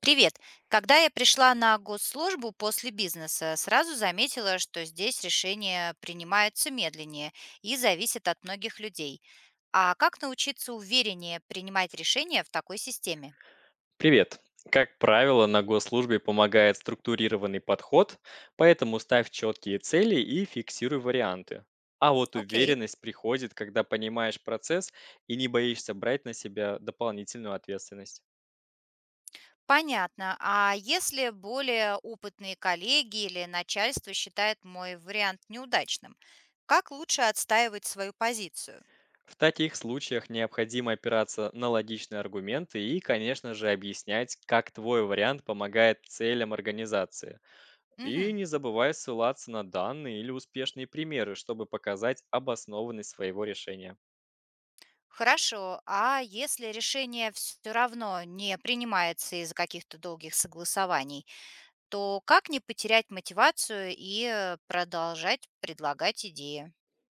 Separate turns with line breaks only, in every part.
Привет. Когда я пришла на госслужбу после бизнеса, сразу заметила, что здесь решения принимаются медленнее и зависят от многих людей. А как научиться увереннее принимать решения в такой системе?
Привет! Как правило, на госслужбе помогает структурированный подход, поэтому ставь четкие цели и фиксируй варианты. А вот
Окей.
уверенность приходит, когда понимаешь процесс и не боишься брать на себя дополнительную ответственность.
Понятно. А если более опытные коллеги или начальство считает мой вариант неудачным, как лучше отстаивать свою позицию?
В таких случаях необходимо опираться на логичные аргументы и, конечно же, объяснять, как твой вариант помогает целям организации. И
Мгм.
не забывай ссылаться на данные или успешные примеры, чтобы показать обоснованность своего решения.
Хорошо, а если решение все равно не принимается из-за каких-то долгих согласований, то как не потерять мотивацию и продолжать предлагать идеи?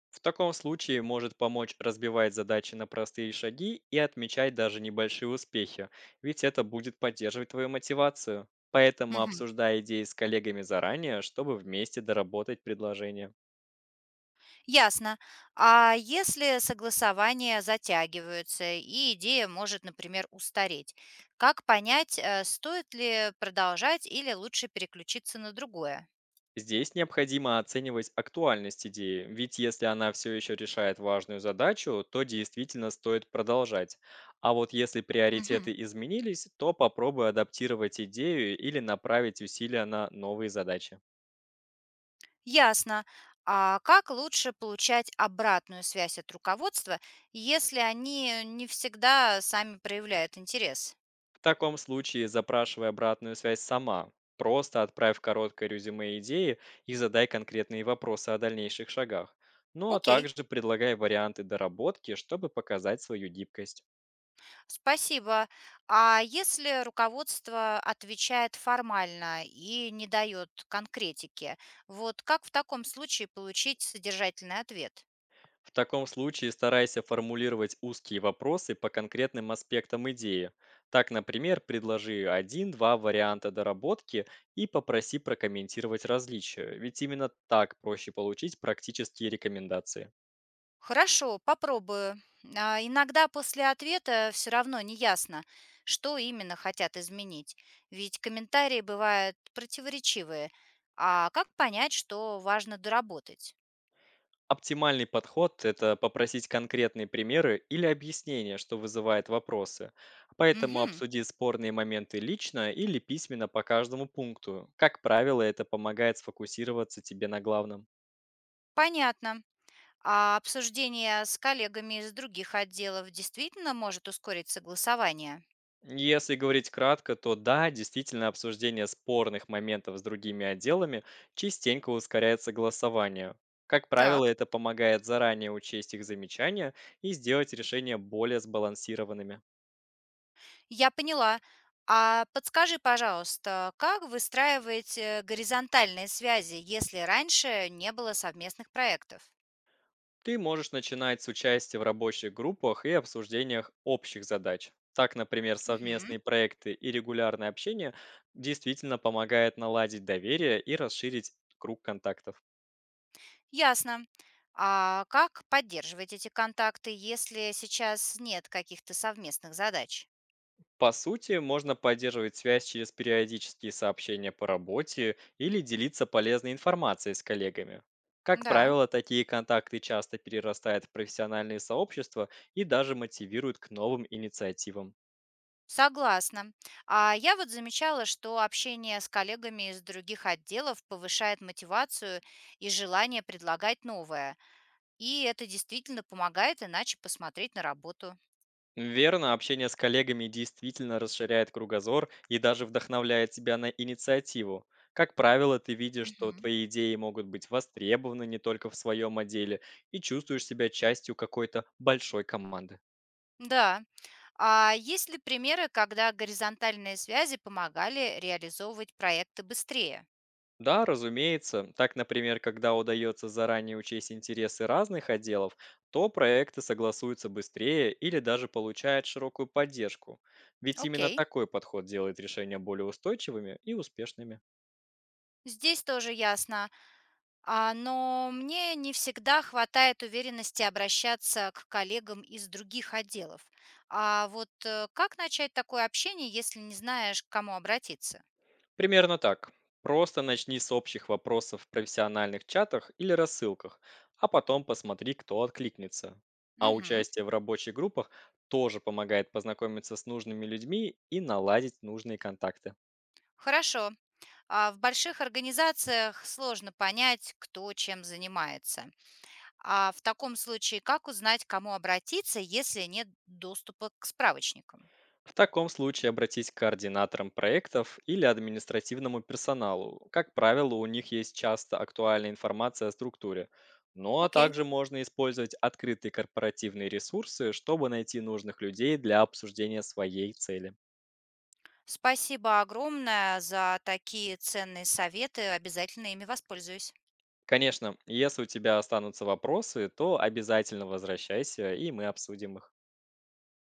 В таком случае может помочь разбивать задачи на простые шаги и отмечать даже небольшие успехи, ведь это будет поддерживать твою мотивацию. Поэтому
Мгм.
обсуждай идеи с коллегами заранее, чтобы вместе доработать предложение.
Ясно. А если согласования затягиваются и идея может, например, устареть, как понять, стоит ли продолжать или лучше переключиться на другое?
Здесь необходимо оценивать актуальность идеи, ведь если она все еще решает важную задачу, то действительно стоит продолжать. А вот если
Мгм.
приоритеты изменились, то попробуй адаптировать идею или направить усилия на новые задачи.
Ясно. А как лучше получать обратную связь от руководства, если они не всегда сами проявляют интерес?
В таком случае запрашивай обратную связь сама. Просто отправь короткое резюме идеи и задай конкретные вопросы о дальнейших шагах. Ну а
Окей,
также предлагай варианты доработки, чтобы показать свою гибкость.
спасибо. А если руководство отвечает формально и не дает конкретики, вот как в таком случае получить содержательный ответ?
В таком случае старайся формулировать узкие вопросы по конкретным аспектам идеи. Так, например, предложи один-два варианта доработки и попроси прокомментировать различия, ведь именно так проще получить практические рекомендации.
Хорошо, попробую. А, иногда после ответа все равно не ясно, что именно хотят изменить, ведь комментарии бывают противоречивые. А как понять, что важно доработать?
Оптимальный подход — это попросить конкретные примеры или объяснение, что вызывает вопросы. Поэтому
Угу,
обсуди спорные моменты лично или письменно по каждому пункту. Как правило, это помогает сфокусироваться тебе на главном.
понятно. А обсуждение с коллегами из других отделов действительно может ускорить согласование?
Если говорить кратко, то да, действительно обсуждение спорных моментов с другими отделами частенько ускоряет согласование. Как правило,
Так,
это помогает заранее учесть их замечания и сделать решения более сбалансированными.
я поняла. А подскажи, пожалуйста, как выстраивать горизонтальные связи, если раньше не было совместных проектов?
Ты можешь начинать с участия в рабочих группах и обсуждениях общих задач. Так, например,
Мгм.
совместные проекты и регулярное общение действительно помогает наладить доверие и расширить круг контактов.
Ясно. А как поддерживать эти контакты, если сейчас нет каких-то совместных задач?
По сути, можно поддерживать связь через периодические сообщения по работе или делиться полезной информацией с коллегами. Как
Да,
правило, такие контакты часто перерастают в профессиональные сообщества и даже мотивируют к новым инициативам.
согласна. А я вот замечала, что общение с коллегами из других отделов повышает мотивацию и желание предлагать новое. И это действительно помогает иначе посмотреть на работу.
Верно, общение с коллегами действительно расширяет кругозор и даже вдохновляет тебя на инициативу. Как правило, ты видишь, что
Мгм.
твои идеи могут быть востребованы не только в своем отделе и чувствуешь себя частью какой-то большой команды.
Да. А есть ли примеры, когда горизонтальные связи помогали реализовывать проекты быстрее?
Да, разумеется. Так, например, когда удается заранее учесть интересы разных отделов, то проекты согласуются быстрее или даже получают широкую поддержку. Ведь именно
Окей.
такой подход делает решения более устойчивыми и успешными.
Здесь тоже ясно. А, но мне не всегда хватает уверенности обращаться к коллегам из других отделов. А вот как начать такое общение, если не знаешь, к кому обратиться?
Примерно так. Просто начни с общих вопросов в профессиональных чатах или рассылках, а потом посмотри, кто откликнется. А
Мгм.
участие в рабочих группах тоже помогает познакомиться с нужными людьми и наладить нужные контакты.
Хорошо. А в больших организациях сложно понять, кто чем занимается. А в таком случае, как узнать, к кому обратиться, если нет доступа к справочникам?
В таком случае обратись к координаторам проектов или административному персоналу. Как правило, у них есть часто актуальная информация о структуре. Ну а
Окей.
также можно использовать открытые корпоративные ресурсы, чтобы найти нужных людей для обсуждения своей цели.
Спасибо огромное за такие ценные советы. Обязательно ими воспользуюсь.
Конечно, если у тебя останутся вопросы, то обязательно возвращайся, и мы обсудим их.